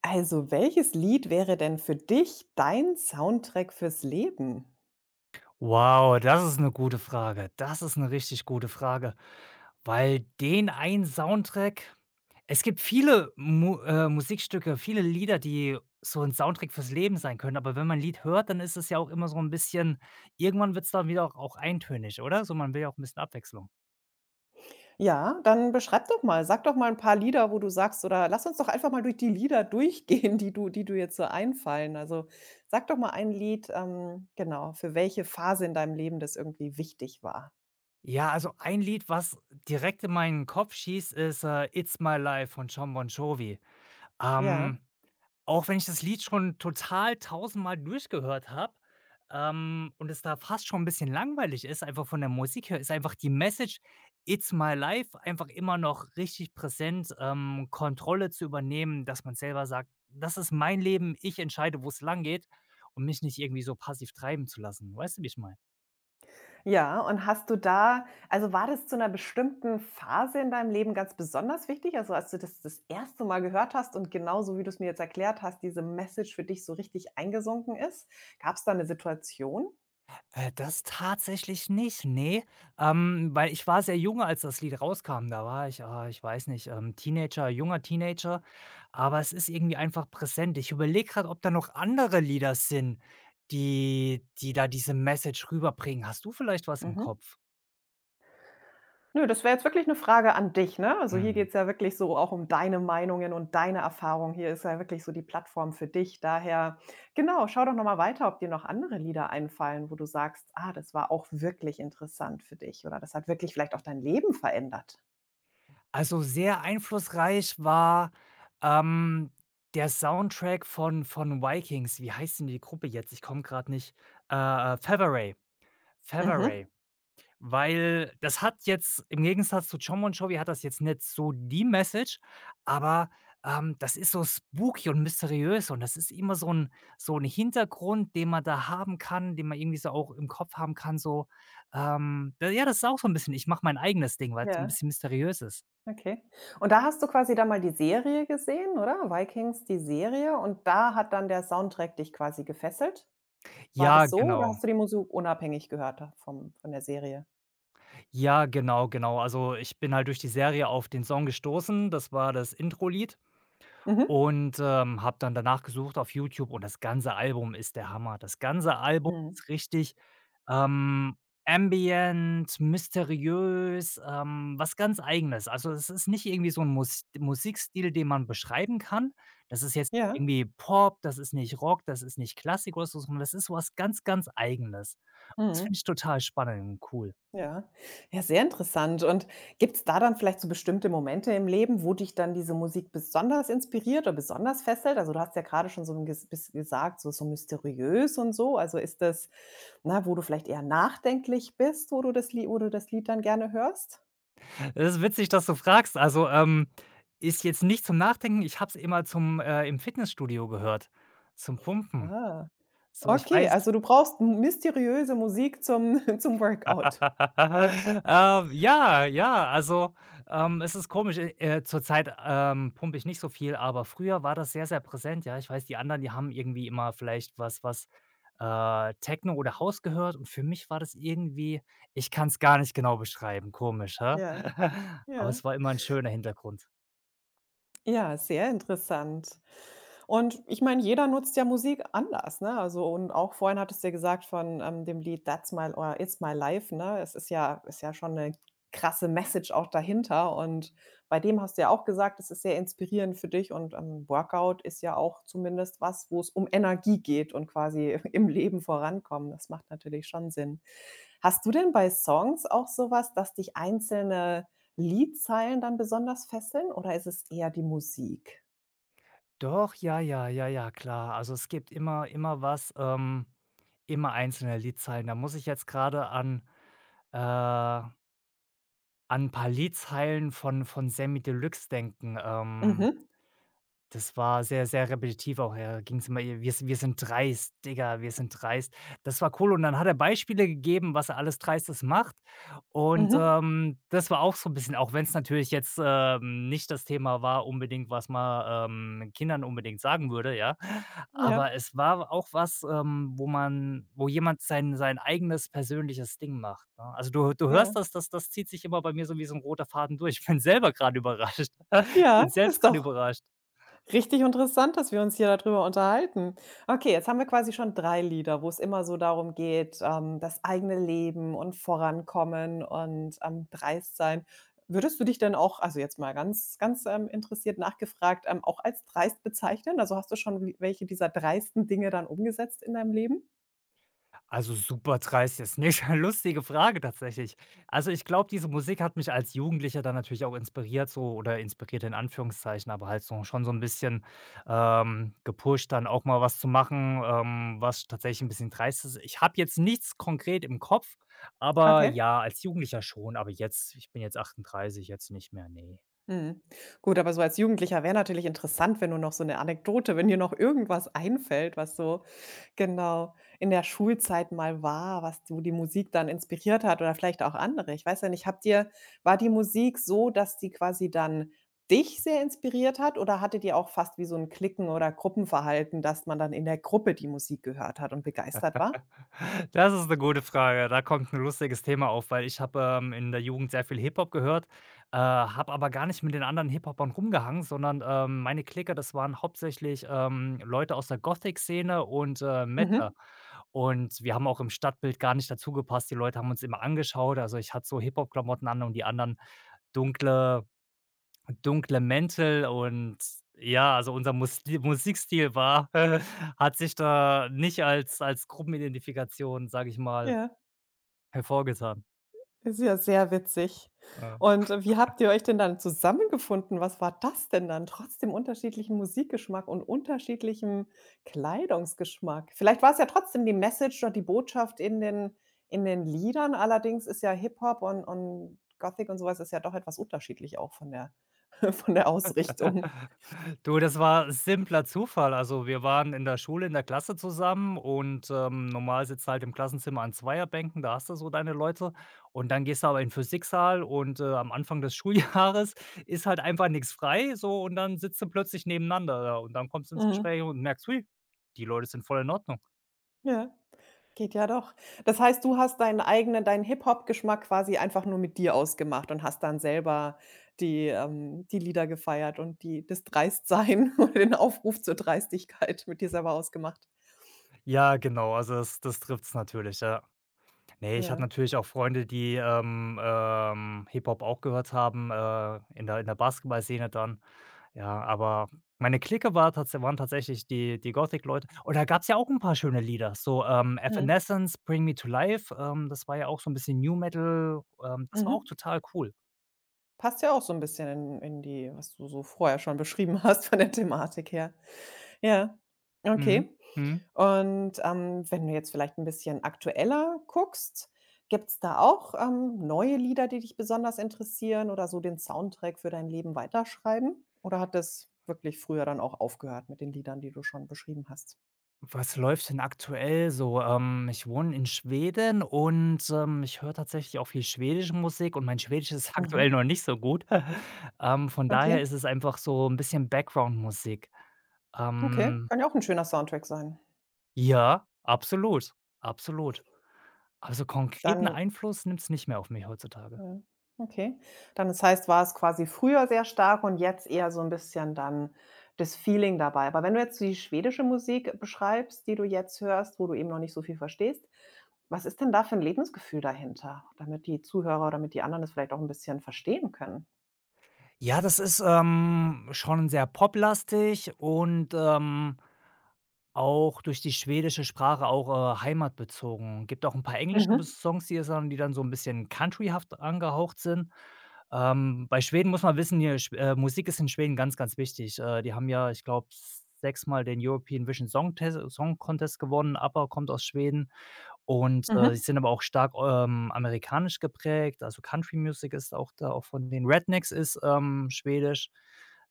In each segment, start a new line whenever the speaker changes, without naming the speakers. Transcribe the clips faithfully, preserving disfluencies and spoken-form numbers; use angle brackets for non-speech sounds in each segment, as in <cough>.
Also, welches Lied wäre denn für dich dein Soundtrack fürs Leben?
Wow, das ist eine gute Frage. Das ist eine richtig gute Frage, weil den einen Soundtrack es gibt viele Mu äh, Musikstücke, viele Lieder, die so 'n Soundtrack fürs Leben sein können, aber wenn man 'n Lied hört, dann ist es ja auch immer so 'n bisschen irgendwann wird's dann wieder auch auch eintönig, oder? So, man will ja auch 'n bisschen Abwechslung.
Ja, dann beschreib doch mal, sag doch mal ein paar Lieder, wo du sagst oder lass uns doch einfach mal durch die Lieder <laughs> durchgehen, die du die du jetzt so einfallen. Also, sag doch mal ein Lied, ähm, genau, für welche Phase in deinem Leben das irgendwie wichtig war.
Ja, also ein Lied, was direkt in meinen Kopf schießt, ist, äh, „It's My Life" von Jon Bon Jovi.
Ja.
Ähm Auch wenn ich das Lied schon total tausendmal durchgehört habe, ähm, und es da fast schon 'n bisschen langweilig ist, einfach von der Musik her, ist einfach die Message „It's my life" einfach immer noch richtig präsent, ähm, Kontrolle zu übernehmen, dass man selber sagt: „Das ist mein Leben, ich entscheide, wo's langgeht", und mich nicht irgendwie so passiv treiben zu lassen. Weißt du, wie ich meine?
Ja, und hast du da also, war das zu einer bestimmten Phase in deinem Leben ganz besonders wichtig? Also, als du das das erste Mal gehört hast und genauso, wie du es mir jetzt erklärt hast, diese Message für dich so richtig eingesunken ist? Gab es da eine Situation?
Äh, das tatsächlich nicht, nee, ähm, weil ich war sehr jung, als das Lied rauskam. Da war ich, ah, ich weiß nicht, ähm, Teenager, junger Teenager, aber es ist irgendwie einfach präsent. Ich überlege gerade, ob da noch andere Lieder sind, die die da diese Message rüberbringen. Hast du vielleicht was im
Mhm.
Kopf?
Nö, das wäre jetzt wirklich eine Frage an dich, ne? Also, hier
Mhm.
geht's ja wirklich so auch um deine Meinungen und deine Erfahrungen. Hier ist ja wirklich so die Plattform für dich. Daher, genau, schau doch noch mal weiter, ob dir noch andere Lieder einfallen, wo du sagst: „Ah, das war auch wirklich interessant für dich“, oder „Das hat wirklich vielleicht auch dein Leben verändert“.
Also, sehr einflussreich war, ähm, der Soundtrack von von Vikings. Wie heißt denn die Gruppe jetzt? Ich komme gerade nicht. Äh, äh,
Mhm.
Favaray. Weil das hat jetzt im Gegensatz zu Jon Bon Jovi hat das jetzt nicht so die Message, aber, ähm, das ist so spooky und mysteriös und das ist immer so ein so ein Hintergrund, den man da haben kann, den man irgendwie so auch im Kopf haben kann, so, ähm da ja, das ist auch so ein bisschen ich mache mein eigenes Ding, weil es so ein
Ja,
bisschen mysteriös ist.
okay. Und da hast du quasi dann mal die Serie gesehen, oder? Vikings, die Serie, und da hat dann der Soundtrack dich quasi gefesselt? War
Ja,
das so oder
genau.
hast du die Musik unabhängig gehört da vom von der Serie?
Ja, genau, genau. Also, ich bin halt durch die Serie auf den Song gestoßen. Das war das Intro-Lied.
Mhm.
Und, ähm, habe dann danach gesucht auf YouTube und das ganze Album ist der Hammer. Das ganze Album
Mhm.
ist richtig, ähm, ambient, mysteriös, ähm, was ganz Eigenes. Also, es ist nicht irgendwie so ein Mus Musikstil, den man beschreiben kann. Das ist jetzt
Ja,
irgendwie Pop, das ist nicht Rock, das ist nicht Klassik oder so, sondern das ist was ganz, ganz Eigenes. Das
mhm,
finde ich total spannend und cool.
ja. Ja, sehr interessant. Und gibt es da dann vielleicht so bestimmte Momente im Leben, wo dich dann diese Musik besonders inspiriert oder besonders fesselt? Also, du hast ja gerade schon so ein ges bis gesagt, so so mysteriös und so. Also, ist das ne, wo du vielleicht eher nachdenklich bist, wo du das Lie wo du das Lied dann gerne hörst?
Es ist witzig, dass du fragst. Also, ähm, ist jetzt nicht zum Nachdenken. Ich habe es immer zum äh, im Fitnessstudio gehört, zum Pumpen.
Ah,
So, ich
okay,
weiß
also, du brauchst mysteriöse Musik zum <laughs> zum Workout.
<laughs> ähm, ja, ja, also, ähm, es ist komisch. Äh, äh, zurzeit, ähm, pumpe ich nicht so viel, aber früher war das sehr, sehr präsent, ja. Ich weiß, die anderen, die haben irgendwie immer vielleicht was was, äh, Techno oder House gehört und für mich war das irgendwie ich kann's gar nicht genau beschreiben, komisch, hä?
Ja,
<laughs> Aber
ja.
es war immer 'n schöner Hintergrund.
Ja, sehr interessant. Und ich meine, jeder nutzt ja Musik anders, ne? Also und auch vorhin hattest du ja gesagt von, ähm, dem Lied „That's My or It's My Life“, ne? Es ist ja ist ja schon eine krasse Message auch dahinter und bei dem hast du ja auch gesagt, es ist sehr inspirierend für dich und, ähm, Workout ist ja auch zumindest was, wo es um Energie geht und quasi <laughs> im Leben vorankommen. Das macht natürlich schon Sinn. Hast du denn bei Songs auch sowas, dass dich einzelne Liedzeilen dann besonders fesseln oder ist es eher die Musik?
Doch, ja, ja, ja, ja, klar. Also, es gibt immer immer was, ähm immer einzelne Liedzeilen. Da muss ich jetzt gerade an äh, an 'n paar Liedzeilen von von Samy Deluxe denken. Ähm
Mhm,
das war sehr, sehr repetitiv auch, ja. Da ging's immer e „Wir si wir sind dreist, Digga, wir sind dreist." Das war cool und dann hat er Beispiele gegeben, was er alles Dreistes macht und,
mhm.
ähm, das war auch so ein bisschen auch wenn es natürlich jetzt, ähm, nicht das Thema war unbedingt, was man, ähm, Kindern unbedingt sagen würde, ja.
Ja,
Aber es war auch was, ähm, wo man wo jemand sein sein eigenes persönliches Ding macht, ne? Also, du du
ja.
hörst das das das zieht sich immer bei mir so wie so ein roter Faden durch. Ich bin selber gerade überrascht. <laughs> Ich
Ja,
bin selbst
ist
gerade
doch
überrascht.
richtig interessant, dass wir uns hier darüber unterhalten. Okay, jetzt haben wir quasi schon drei Lieder, wo es immer so darum geht, ähm, das eigene Leben und Vorankommen und, ähm, dreist sein. Würdest du dich denn auch also, jetzt mal ganz ganz, ähm, interessiert nachgefragt, ähm, auch als dreist bezeichnen? Also, hast du schon w welche dieser dreisten Dinge dann umgesetzt in deinem Leben?
Also, super dreist jetzt nicht. <laughs> Lustige Frage tatsächlich. Also, ich glaube, diese Musik hat mich als Jugendlicher dann natürlich auch inspiriert so oder inspiriert in Anführungszeichen, aber halt so schon so ein bisschen, ähm, gepusht, dann auch mal was zu machen, ähm, was tatsächlich ein bisschen dreist ist. Ich habe jetzt nichts konkret im Kopf, aber
Okay.
ja, als Jugendlicher schon, aber jetzt ich bin jetzt achtunddreißig, jetzt nicht mehr, ne.
Mhm. Gut, aber so als Jugendlicher wäre natürlich interessant, wenn du noch so 'ne Anekdote wenn dir noch irgendwas einfällt, was so genau in der Schulzeit mal war, was so die Musik dann inspiriert hat oder vielleicht auch andere. Ich weiß ja nicht, habt ihr war die Musik so, dass die quasi dann dich sehr inspiriert hat oder hattet ihr auch fast wie so 'n Cliquen oder Gruppenverhalten, dass man dann in der Gruppe die Musik gehört hat und begeistert war?
Das ist eine gute Frage. Da kommt ein lustiges Thema auf, weil ich habe, ähm, in der Jugend sehr viel Hip-Hop gehört, äh, habe aber gar nicht mit den anderen Hip-Hopern rumgehangen, sondern, ähm, meine Clique, das waren hauptsächlich, ähm, Leute aus der Gothic-Szene und, äh,
Mhm.
Mettler. Und wir haben auch im Stadtbild gar nicht dazu gepasst. Die Leute haben uns immer angeschaut. Also, ich hatte so Hip-Hop-Klamotten an und die anderen dunkle Dunkle Mäntel und ja, also unser Musli Musikstil war <laughs> hat sich da nicht als als Gruppenidentifikation, sage ich mal,
Ja.
hervorgetan.
Ist ja sehr witzig.
Ja.
Und äh, wie habt ihr euch denn dann zusammengefunden? Was war das denn dann, trotzdem unterschiedlichen Musikgeschmack und unterschiedlichem Kleidungsgeschmack? Vielleicht war es ja trotzdem die Message oder die Botschaft in den in den Liedern, allerdings ist ja Hip-Hop und und Gothic und sowas ist ja doch etwas unterschiedlich auch von der <laughs> von der Ausrichtung.
Du, das war simpler Zufall. Also, wir waren in der Schule in der Klasse zusammen und, ähm, normal sitzt halt im Klassenzimmer an Zweierbänken, da hast du so deine Leute und dann gehst du aber in den Physiksaal und, äh, am Anfang des <laughs> Schuljahres ist halt einfach nichts frei so und dann sitzt du plötzlich nebeneinander da und dann kommst du ins
Mhm.
Gespräch und merkst: „Hui, die Leute sind voll in Ordnung."
Ja. Geht ja doch. Das heißt, du hast deinen eigenen deinen Hip-Hop-Geschmack quasi einfach nur mit dir ausgemacht und hast dann selber die ähm, die Lieder gefeiert und die das Dreistsein <laughs> oder den Aufruf zur Dreistigkeit mit dir selber ausgemacht.
Ja, genau, also das das trifft es natürlich, ja. Ne, ich hatte
Ja.
natürlich auch Freunde, die, ähm, ähm, Hip-Hop auch gehört haben, äh, in der in der Basketballszene dann. Ja, aber meine Clique war tats waren tatsächlich die die Gothic-Leute. Und da gab's ja auch 'n paar schöne Lieder, so, ähm,
Mhm.
„Evanescence", „Bring Me to Life", ähm, das war ja auch so 'n bisschen New Metal, ähm, das war auch
Mhm.
total cool.
Passt ja auch so ein bisschen in in die was du so vorher schon beschrieben <laughs> hast von der Thematik her. Ja.
Mhm,
Okay.
mhm.
Und, ähm, wenn du jetzt vielleicht ein bisschen aktueller guckst, gibt es da auch, ähm, neue Lieder, die dich besonders interessieren oder so den Soundtrack für dein Leben weiterschreiben? Oder hat das wirklich früher dann auch aufgehört mit den Liedern, die du schon beschrieben hast?
Was läuft denn aktuell so? Ähm, ich wohne in Schweden und, ähm, ich höre tatsächlich auch viel schwedische Musik und mein Schwedisch <laughs> ist aktuell
Mhm.
noch nicht so gut. <laughs> Ähm, von
Okay,
daher ist es einfach so 'n bisschen Background-Musik.
okay.
Ähm,
Kann ja auch ein schöner Soundtrack sein.
ja, absolut, absolut. Also, konkreten
Dann
Einfluss nimmt's nicht mehr auf mich heutzutage.
ja, okay. Dann das heißt, war es quasi früher sehr stark und jetzt eher so ein bisschen dann das Feeling dabei. Aber wenn du jetzt die schwedische Musik beschreibst, die du jetzt hörst, wo du eben noch nicht so viel verstehst, was ist denn da für 'n Lebensgefühl dahinter, damit die Zuhörer oder damit die anderen das vielleicht auch ein bisschen verstehen können?
Ja, das ist, ähm, schon sehr poplastig und, ähm, auch durch die schwedische Sprache auch, äh, heimatbezogen. Gibt auch ein paar englische
Mhm,
bis Songs, die es dann die dann so ein bisschen countryhaft angehaucht sind. Ähm, bei Schweden muss man wissen, hier, Schw äh, Musik ist in Schweden ganz, ganz wichtig. Äh, die haben ja, ich glaube, sechsmal den European Vision Song Tes Song Contest gewonnen. ABBA kommt aus Schweden. Und, äh, sie
mhm.
sind aber auch stark, ähm, amerikanisch geprägt, also Country Music ist auch da auch von den Rednecks ist, ähm, schwedisch.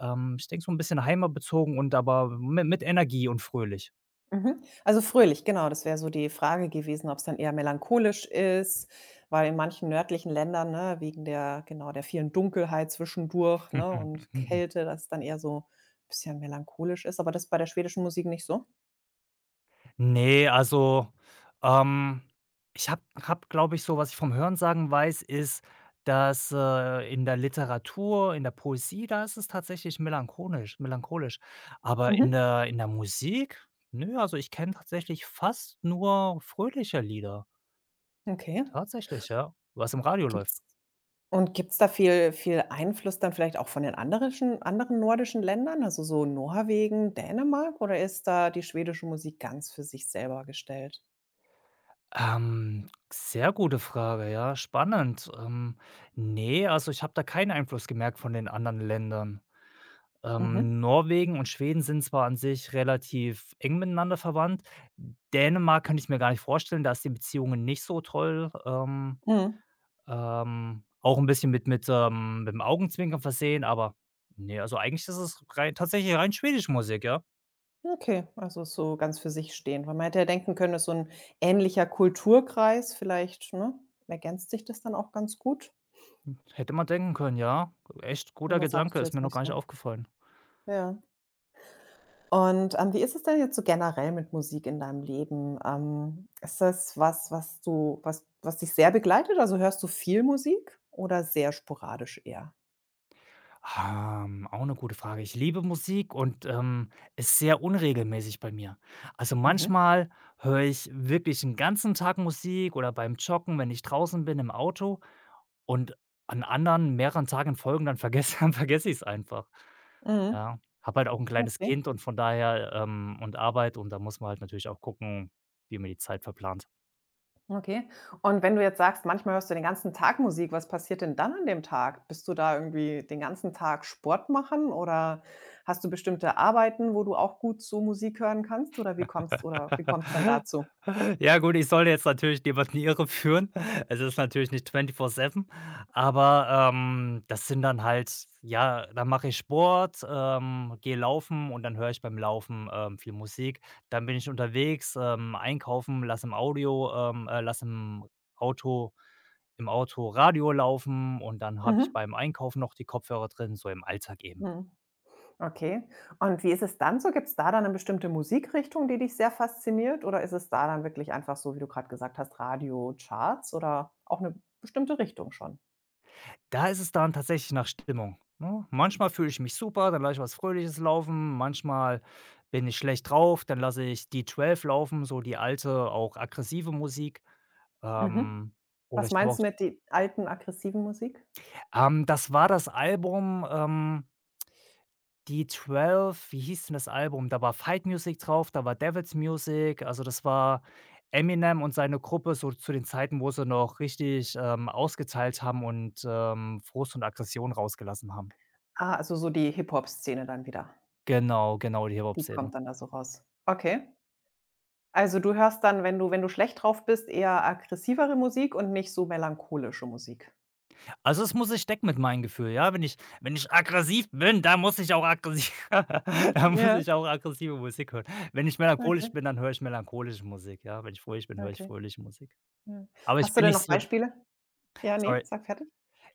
Ähm, ich denke so ein bisschen heimatbezogen und aber mi mit Energie und fröhlich.
Mhm. Also fröhlich, genau, das wäre so die Frage gewesen, ob es dann eher melancholisch ist, weil in manchen nördlichen Ländern, ne, wegen der genau, der vielen Dunkelheit zwischendurch, ne, und
<laughs>
Kälte, dass es dann eher so ein bisschen melancholisch ist, aber das ist bei der schwedischen Musik nicht so?
Ne, also, ähm, ich habe habe, glaube ich so was ich vom Hörensagen weiß, ist, dass, äh, in der Literatur, in der Poesie, da ist es tatsächlich melancholisch melancholisch. Aber in
Mhm.
der in der Musik, ne, also ich kenne tatsächlich fast nur fröhliche Lieder.
Okay.
Tatsächlich, ja, was im Radio
Gibt's
läuft.
und gibt's da viel viel Einfluss dann vielleicht auch von den anderen anderen nordischen Ländern, also so Norwegen, Dänemark oder ist da die schwedische Musik ganz für sich selber gestellt?
Ähm, sehr gute Frage, ja, spannend. Ähm, ne, also ich habe da keinen Einfluss gemerkt von den anderen Ländern.
Mhm.
Ähm, Norwegen und Schweden sind zwar an sich relativ eng miteinander verwandt. Dänemark könnte ich mir gar nicht vorstellen, da ist die Beziehungen nicht so toll. Ähm,
Mhm.
ähm, auch ein bisschen mit mit, ähm mit dem Augenzwinkern versehen, aber ne, also eigentlich ist es rein tatsächlich rein schwedische Musik, ja.
Okay, also so ganz für sich stehen. Weil man hätte ja denken können, ist so ein ähnlicher Kulturkreis, vielleicht, ne, ergänzt sich das dann auch ganz gut,
Hätte man denken können, ja. Echt guter
aber
Gedanke,
sagst du
ist
jetzt
mir noch
nicht
gar nicht
so.
aufgefallen.
Ja. Und, ähm, wie ist es denn jetzt so generell mit Musik in deinem Leben? Ähm, ist das was, was du was was dich sehr begleitet? Also, hörst du viel Musik oder sehr sporadisch eher?
Ähm, auch eine gute Frage. Ich liebe Musik und, ähm, ist sehr unregelmäßig bei mir. Also,
Mhm.
manchmal höre ich wirklich 'n ganzen Tag Musik oder beim Joggen, wenn ich draußen bin im Auto und an anderen mehreren Tagen Folgen, dann vergesse <laughs> dann vergesse ich's einfach.
Mhm.
Ja, habe halt auch ein kleines
Okay.
Kind und von daher ähm, und Arbeit und da muss man halt natürlich auch gucken, wie man die Zeit verplant.
Okay. Und wenn du jetzt sagst, manchmal hörst du den ganzen Tag Musik, was passiert denn dann an dem Tag? Bist du da irgendwie den ganzen Tag Sport machen oder hast du bestimmte Arbeiten, wo du auch gut so Musik hören kannst oder wie kommst oder wie kommt's dann
<laughs>
dazu?
Ja gut, ich soll jetzt natürlich niemanden in die Irre <laughs> führen. Es ist natürlich nicht vierundzwanzig sieben, aber, ähm, das sind dann halt ja, dann mache ich Sport, ähm, gehe laufen und dann höre ich beim Laufen, ähm, viel Musik. Dann bin ich unterwegs, ähm, einkaufen, lass im Audio ähm, äh, lasse im Auto im Auto Radio laufen und dann habe ich
Mhm.
beim Einkaufen noch die Kopfhörer drin, so im Alltag eben.
Mhm. Okay. Und wie ist es dann so? Gibt es da dann eine bestimmte Musikrichtung, die dich sehr fasziniert oder ist es da dann wirklich einfach so, wie du gerade gesagt hast, Radio, Charts oder auch eine bestimmte Richtung schon?
Da ist es dann tatsächlich nach Stimmung, ne? Manchmal fühle ich mich super, dann lasse ich was Fröhliches laufen, manchmal bin ich schlecht drauf, dann lasse ich die zwölf laufen, so die alte, auch aggressive Musik.
Mhm.
Ähm, oder
Was
ich habe
meinst
auch
du mit die alten aggressiven Musik?
ähm, das war das Album, ähm, D zwölf wie hieß denn das Album? Da war Fight Music drauf, da war Devil's Music, also das war Eminem und seine Gruppe so zu den Zeiten, wo sie noch richtig, ähm, ausgeteilt haben und, ähm, Frust und Aggression rausgelassen haben.
Ah, also so die Hip-Hop-Szene dann wieder.
Genau, genau, die
Die
Hip-Hop-Szene.
kommt dann da so raus. Okay. Also du hörst dann, wenn du wenn du schlecht drauf bist, eher aggressivere Musik und nicht so melancholische Musik?
Also, das muss ich decken mit meinem Gefühl, ja? Wenn ich wenn ich aggressiv bin, dann muss ich auch aggressiv <laughs> dann muss
Ja,
ich auch aggressive Musik hören. Wenn ich melancholisch
okay,
bin, dann höre ich melancholische Musik, ja? Wenn ich fröhlich bin, höre ich
okay,
fröhliche Musik.
ja.
Aber ich
Hast du
bin
denn
nicht
noch
so d
Beispiele? Ja, ne,
sorry,
sag fertig.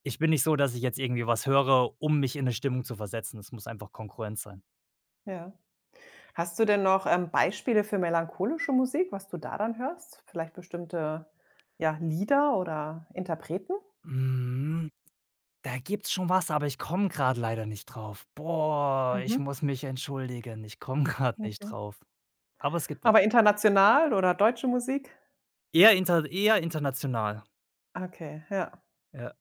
ich bin nicht so, dass ich jetzt irgendwie was höre, um mich in 'ne Stimmung zu versetzen. Es muss einfach kongruent sein.
Ja. Hast du denn noch, ähm, Beispiele für melancholische Musik, was du da dann hörst? Vielleicht bestimmte, ja, Lieder oder Interpreten?
Hm, da gibt's schon was, aber ich komme grad leider nicht drauf. Boah, ich
Mhm,
muss mich entschuldigen. Ich komme <laughs> grad nicht
okay.
drauf. Aber es gibt was.
Aber international oder deutsche Musik?
Eher inter eher international,
Okay, ja.
ja.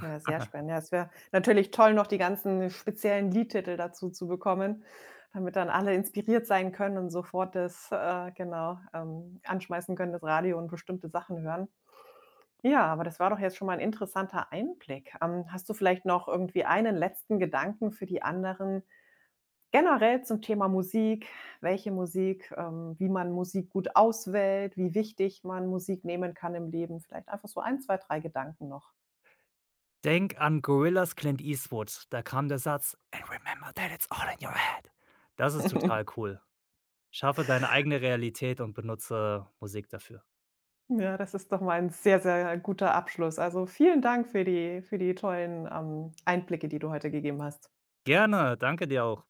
Ja, sehr spannend. Ja, es wäre natürlich toll, noch die ganzen speziellen Liedtitel dazu zu bekommen, damit dann alle inspiriert sein können und sofort das, äh, genau, ähm, anschmeißen können, das Radio und bestimmte Sachen hören. Ja, aber das war doch jetzt schon mal ein interessanter Einblick. Ähm, hast du vielleicht noch irgendwie einen letzten Gedanken für die anderen generell zum Thema Musik? Welche Musik, ähm, wie man Musik gut auswählt, wie wichtig man Musik nehmen kann im Leben? Vielleicht einfach so ein, zwei, drei Gedanken noch.
Denk an Gorillas, Clint Eastwood. Da kam der Satz: „And remember that it's all in your head." Das ist
<laughs>
total cool. Schaffe deine eigene Realität und benutze Musik dafür.
Ja, das ist doch mal ein sehr, sehr guter Abschluss. Also, vielen Dank für die für die tollen, ähm, Einblicke, die du heute gegeben hast.
Gerne, danke dir auch.